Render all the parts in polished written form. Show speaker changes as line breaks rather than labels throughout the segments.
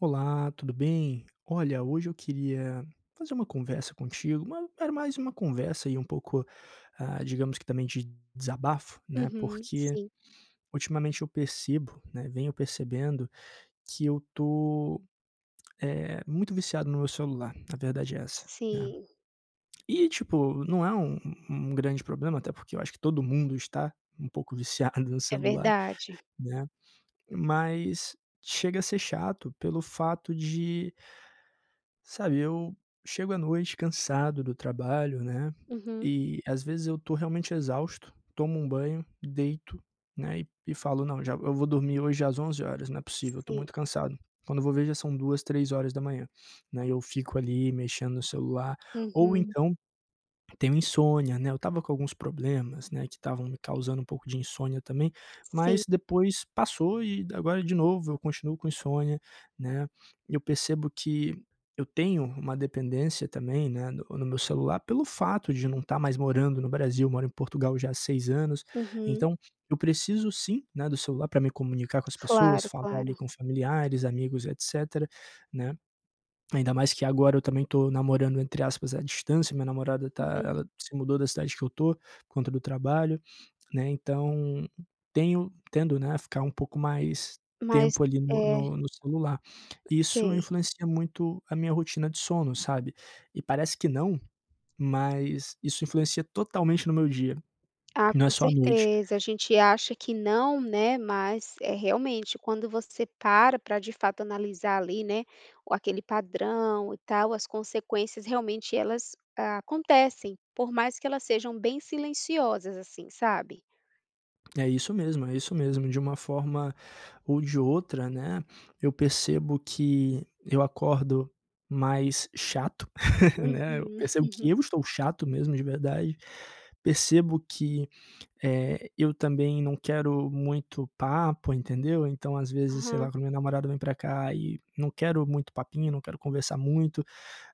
Olá, tudo bem? Olha, hoje eu queria fazer uma conversa contigo, era mais uma conversa e um pouco, ah, digamos que também de desabafo, né?
Uhum,
Porque
sim,
ultimamente eu percebo, né? Venho percebendo que eu tô muito viciado no meu celular. A verdade é essa, né?
sim,
E tipo, não é um grande problema, até porque eu acho que todo mundo está um pouco viciado no
é
celular,
verdade.
né? Mas chega a ser chato pelo fato, sabe? Eu chego à noite cansado do trabalho, né,
Uhum,
e às vezes eu tô realmente exausto, tomo um banho, deito, né, e falo: "Não, já eu vou dormir hoje às onze horas, não é possível, eu tô
sim,
muito cansado". Quando eu vou ver já são duas, três horas da manhã, né, eu fico ali mexendo no celular, ou
uhum,
então tenho insônia, né, eu estava com alguns problemas, né, que estavam me causando um pouco de insônia também,
sim,
mas depois passou e agora de novo eu continuo com insônia, né. Eu percebo que eu tenho uma dependência também, né, no meu celular pelo fato de não estar mais morando no Brasil, moro em Portugal já há 6 anos,
uhum,
então eu preciso sim, né, do celular para me comunicar com as pessoas,
claro,
falar
claro.
ali com familiares, amigos, etcétera, né. Ainda mais que agora eu também tô namorando, entre aspas, à distância, minha namorada tá,
Uhum.
ela se mudou da cidade que eu tô, por conta do trabalho, né, então tenho, tendo, né, a ficar um pouco mais
Mas
tempo ali no
é,
no no celular. Isso
sei.
influencia muito a minha rotina de sono, sabe. E parece que não, mas isso influencia totalmente no meu dia,
Ah,
não é
com
só à noite.
certeza, a gente acha que não, né, mas é realmente quando você para para de fato analisar ali, né, o aquele padrão e tal, as consequências realmente elas acontecem, por mais que elas sejam bem silenciosas, assim, sabe.
É isso mesmo, é isso mesmo. De uma forma ou de outra, né, eu percebo que eu acordo mais chato, né, eu
Uhum,
percebo que
uhum.
eu estou chato mesmo, de verdade. Percebo que, eu também não quero muito papo, entendeu. Então, às vezes, sei lá,
Aham,
quando minha namorada vem pra cá, e não quero muito papinho, não quero conversar muito,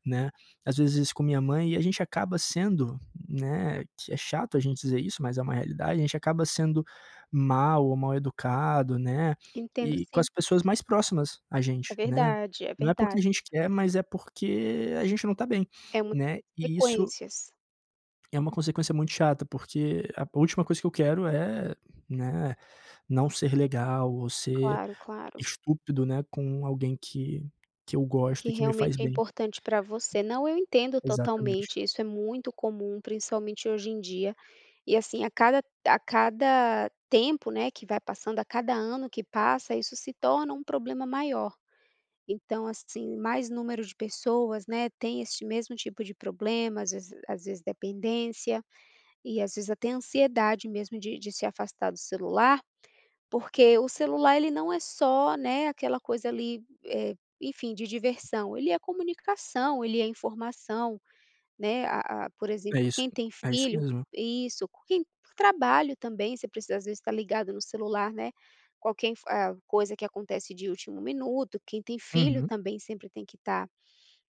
né, às vezes isso com minha mãe, e a gente acaba sendo, né, que é chato a gente dizer isso, mas é uma realidade, a gente acaba sendo mal ou mal educado, né,
entendo
e com
sim.
as pessoas mais próximas a
É
gente, né.
verdade, é
Não é porque a
verdade.
gente quer, mas é porque a gente não tá bem,
É muitas
né, e isso
sequências.
é uma consequência muito chata, porque a última coisa que eu quero é, né, não ser legal ou ser
Claro, claro.
estúpido, né, com alguém que eu gosto
Que
e que me
realmente
faz
é
bem.
importante para você. Não, eu entendo
Exatamente.
totalmente, isso é muito comum, principalmente hoje em dia. E assim, a cada tempo, né, que vai passando, a cada ano que passa, isso se torna um problema maior. Então, assim, mais número de pessoas, né, tem este mesmo tipo de problema, às vezes dependência, e às vezes até ansiedade mesmo de se afastar do celular. Porque o celular ele não é só, né, aquela coisa ali, enfim, de diversão, ele é comunicação, ele é informação, né, a por
É
exemplo,
isso,
quem tem
é isso
filho
mesmo.
isso, quem trabalho também, você precisa às vezes estar ligado no celular, né, qualquer coisa que acontece de último minuto, quem tem filho
Uhum.
também sempre tem que estar,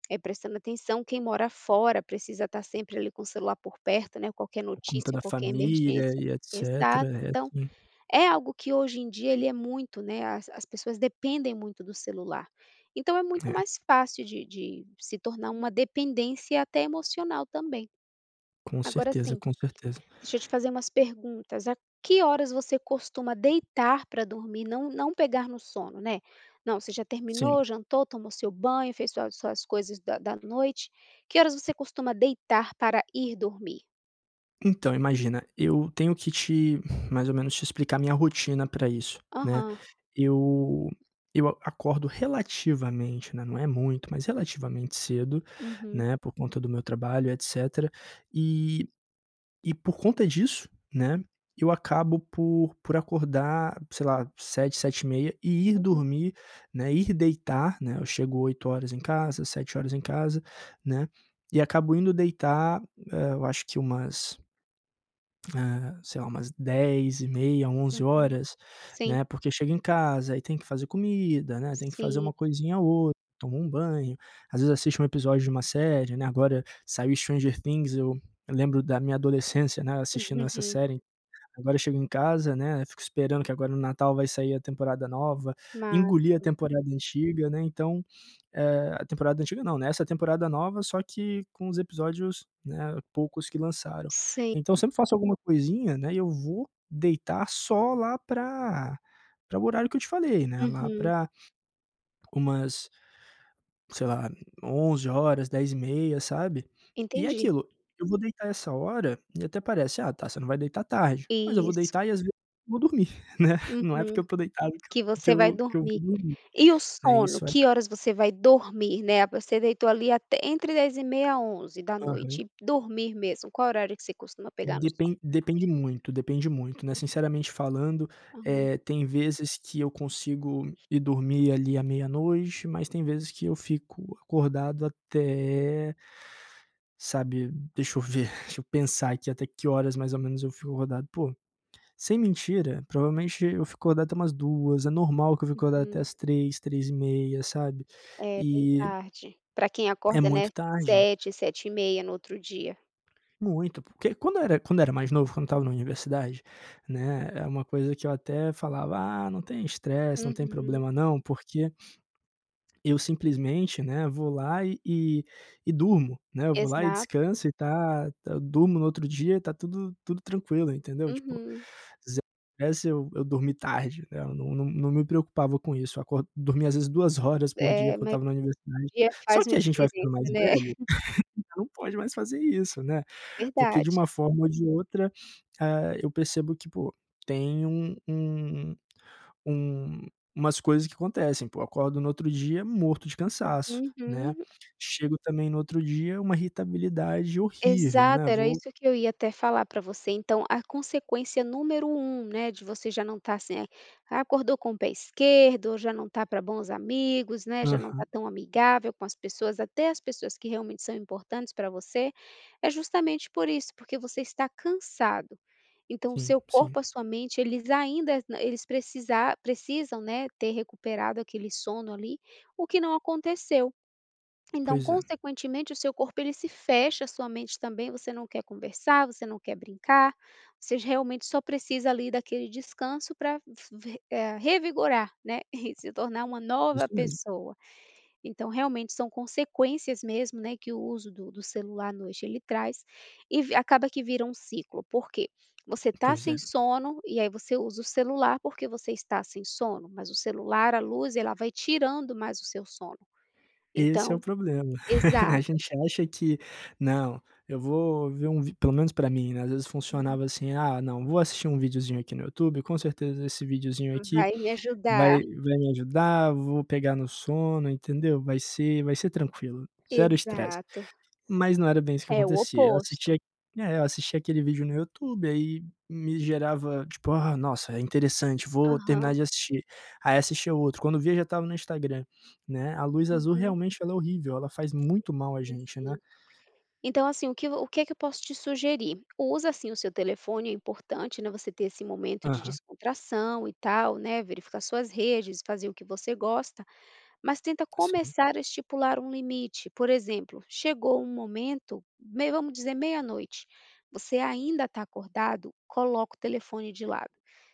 prestando atenção, quem mora fora precisa estar sempre ali com o celular por perto, né, qualquer
Por conta
notícia,
da
qualquer
família
emergência.
e etcétera,
Exato,
é
então
assim.
é algo que hoje em dia ele é muito, né, as pessoas dependem muito do celular. Então é muito
É,
mais fácil de se tornar uma dependência até emocional também.
com
Agora
certeza,
sim,
com certeza.
deixa eu te fazer umas perguntas, a que horas você costuma deitar para dormir, não pegar no sono, né. Não, você já
Sim.
terminou, jantou, tomou seu banho, fez suas coisas da noite, que horas você costuma deitar para ir dormir?
Então, imagina, eu tenho que te mais ou menos te explicar minha rotina pra isso, né.
Aham.
Eu eu a acordo relativamente, né, não é muito, mas relativamente cedo,
Uhum.
né, por conta do meu trabalho, etcétera, e E por conta disso, né, eu acabo por acordar, sei lá, sete sete 7h h, e ir
Uhum,
dormir, né, ir deitar, né, eu chego oito horas em casa, sete horas em casa, né, e acabo indo deitar, eh, eu acho que umas, sei lá, umas dez e meia, onze
uhum.
horas,
Sim,
né, porque chega em casa, aí tem que fazer comida, né, tem que fazer
sim.
uma coisinha ou outra, toma um banho, às vezes assiste um episódio de uma série, né, agora saiu Stranger Things, eu lembro da minha adolescência, né, assistindo essa série, agora eu chego em casa, né, fico esperando que agora no Natal vai sair a temporada nova, engolir a
Máximo.
temporada antiga, né, então a temporada antiga não, né, essa temporada nova, só que com os episódios, né, poucos que lançaram.
Sim.
Então sempre faço alguma coisinha, né, e eu vou deitar só lá pra o horário que eu te falei, né, lá
Uhum.
pra umas, sei lá, onze horas, dez e meia, sabe. E é
Entendi.
aquilo, eu vou deitar essa hora e até parece: "Ah, tá, você não vai deitar tarde", mas eu vou
Isso.
deitar e às vezes vou dormir, né, não é porque
Uhum.
eu tô deitado
Que você vai
que
dormir.
eu vou dormir,
E o
né,
sono?
isso é,
Que horas você vai dormir, né? Você deitou ali até entre 10h30 a 23h e dormir mesmo, qual horário que você costuma pegar no sono?
Depende muito, né, sinceramente falando,
Aham.
tem vezes que eu consigo ir dormir ali à meia-noite, mas tem vezes que eu fico acordado até, sabe, deixa eu ver, deixa eu pensar aqui até que horas mais ou menos eu fico acordado. Pô, sem mentira, provavelmente eu fico acordado até umas duas. É normal que eu fique acordado até
Hum.
as três, três e meia, sabe.
É bem
E
tarde. Para quem
é
acorda, né,
muito tarde.
sete, 7h30 no outro dia.
Muito, porque quando eu era, quando eu era mais novo, quando estava na universidade, né, é uma coisa que eu até falava: "Ah, não tem estresse, não tem
Uhum.
problema não, porque eu simplesmente, né, vou lá e e durmo, né, eu vou lá e
Exato.
descanso e tá eu durmo no outro dia, tá tudo tranquilo", entendeu? Tipo,
Uhum.
zero estresse, eu dormi tarde, né, eu não me preocupava com isso, eu acor dormia às vezes 2 horas por dia
É,
quando eu
mas
estava na universidade.
o dia
Só
faz
que
uma
a gente vai
diferença,
ficando mais
né.
velho. "Ah, não pode mais fazer isso, né". Porque de
Verdade.
uma forma ou de outra, ah, eu percebo que, pô, tem um umas coisas que acontecem, pô, acordo no outro dia morto de cansaço, né.
Uhum.
Chego também no outro dia uma irritabilidade horrível,
Exato,
né,
era
vou,
isso que eu ia até falar para você. Então, a consequência número um, né, de você já não estar assim, acordou com o pé esquerdo, já não tá para bons amigos, né, já não tá
aham,
tão amigável com as pessoas, até as pessoas que realmente são importantes para você, é justamente por isso, porque você está cansado. Então o
sim,
seu
sim.
corpo, a sua mente, eles ainda eles precisar precisam, né, ter recuperado aquele sono ali, o que não aconteceu. Então,
Pois é,
consequentemente, o seu corpo ele se fecha, a sua mente também, você não quer conversar, você não quer brincar, você realmente só precisa ali daquele descanso para revigorar, né, e se tornar uma nova
isso mesmo.
pessoa. Então, realmente são consequências mesmo, né, que o uso do celular à noite ele traz e acaba que vira um ciclo, porque você está
Pois
sem
é.
sono e aí você usa o celular porque você está sem sono, mas o celular, a luz, ela vai tirando mais o seu sono.
Esse é o
Então,
problema. A
exato.
gente acha que: "Não, eu vou ver um vi", pelo menos pra mim, né, às vezes funcionava assim: "Ah, não, vou assistir um videozinho aqui no YouTube, com certeza esse videozinho aqui
Vai me
vai
ajudar.
vai me ajudar, vou pegar no sono", entendeu? "Vai ser tranquilo, zero estresse".
Exato.
Mas não era bem isso que
É o
acontecia. Eu
oposto.
assistia, é, eu assistia aquele vídeo no YouTube, aí me gerava, tipo: "Ah, nossa, é interessante, vou
Aham.
terminar de assistir". Aí assistia outro, quando via já estava no Instagram, né. A luz azul
Uhum.
realmente ela é horrível, ela faz muito mal a gente, né.
Sim. Então, assim, o que é que eu posso te sugerir? Usa, assim o seu telefone, é importante, né, você ter esse momento de
Aham,
descontração e tal, né, verificar suas redes, fazer o que você gosta. Mas tenta
sim.
começar a estipular um limite. Por exemplo, chegou um momento, vamos dizer meia-noite, você ainda está acordado, coloca o telefone de lado.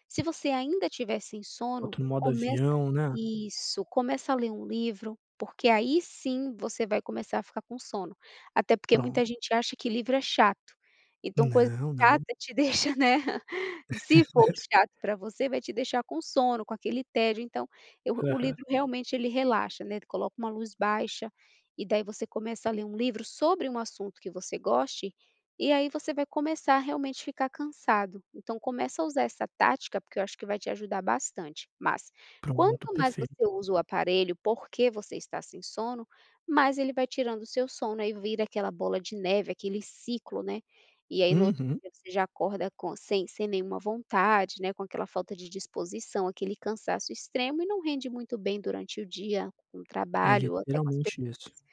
Se você ainda tiver sem sono,
Bota no modo
começa
avião, né.
isso, começa a ler um livro, porque aí sim você vai começar a ficar com sono. Até porque muita
Pronto.
gente acha que livro é chato. Então, coisa
Não, não.
chata te deixa, né? Se for chato para você, vai te deixar com sono, com aquele tédio. Então, eu o
Aham.
livro realmente ele relaxa, né, coloca uma luz baixa, e daí você começa a ler um livro sobre um assunto que você goste, e aí você vai começar a realmente ficar cansado. Então começa a usar essa tática, porque eu acho que vai te ajudar bastante. Mas,
Pronto,
quanto mais
perfeito.
você usa o aparelho, porque você está sem sono, mais ele vai tirando o seu sono, aí vira aquela bola de neve, aquele ciclo, né. E aí no outro
Uhum.
você já acorda com sem nenhuma vontade, né, com aquela falta de disposição, aquele cansaço extremo e não rende muito bem durante o dia, com o
É
trabalho ou até com as
literalmente isso.
pessoas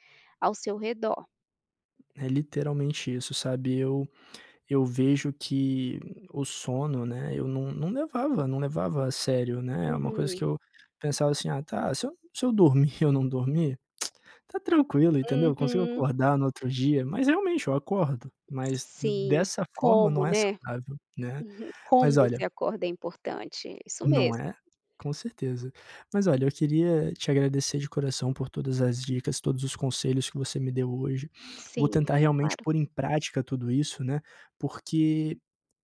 ao seu redor.
É literalmente isso, sabe. Eu vejo que o sono, né, eu não levava a sério, né, é uma coisa
Uhum,
que eu pensava assim: "Ah tá, se eu dormir, eu não dormir, tá tranquilo, entendeu, eu consigo
uhum.
acordar no outro dia", mas realmente eu acordo, mas
Sim,
dessa forma
como,
não é
né.
saudável, né.
Uhum.
Mas
Como
olha,
você acorda é importante, isso
não
mesmo.
é? Com certeza. Mas olha, eu queria te agradecer de coração por todas as dicas, todos os conselhos que você me deu hoje. Vou
Sim, sim,
tentar realmente
claro.
pôr em prática tudo isso, né, porque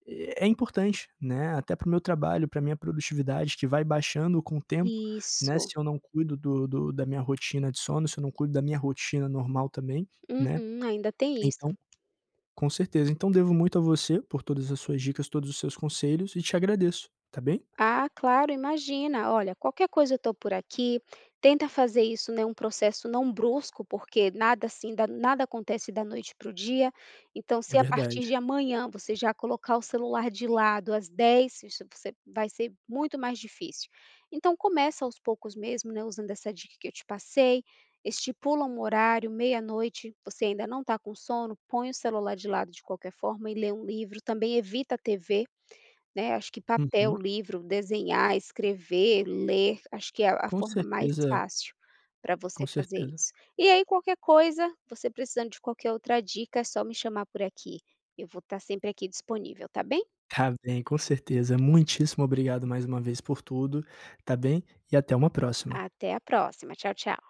é importante, né, até para o meu trabalho, para minha produtividade, que vai baixando com o tempo, né, se
Isso,
eu não cuido do da minha rotina de sono, se eu não cuido da minha rotina normal também, né.
uhum, ainda tem isso.
Então com certeza. Então devo muito a você por todas as suas dicas, todos os seus conselhos, e te agradeço, tá bem?
Ah, claro, imagina. Olha, qualquer coisa eu estou por aqui. Tenta fazer isso, né, um processo não brusco, porque nada assim, nada acontece da noite para o dia. Então,
É
se a partir
verdade.
de amanhã você já colocar o celular de lado às 10h, isso você vai ser muito mais difícil. Então, começa aos poucos mesmo, né, usando essa dica que eu te passei. Estipula um horário, meia-noite, você ainda não está com sono, põe o celular de lado de qualquer forma e lê um livro. Também evita a TV, né, acho que papel,
Uhum.
livro, desenhar, escrever, ler, acho que é a
Com
forma mais
certeza,
fácil para você
com
fazer
certeza.
isso. E aí qualquer coisa, você precisando de qualquer outra dica, é só me chamar por aqui. Eu vou estar sempre aqui disponível, tá bem?
Tá bem, com certeza. Muitíssimo obrigado mais uma vez por tudo, tá bem? E até uma próxima.
Até a próxima. Tchau, tchau.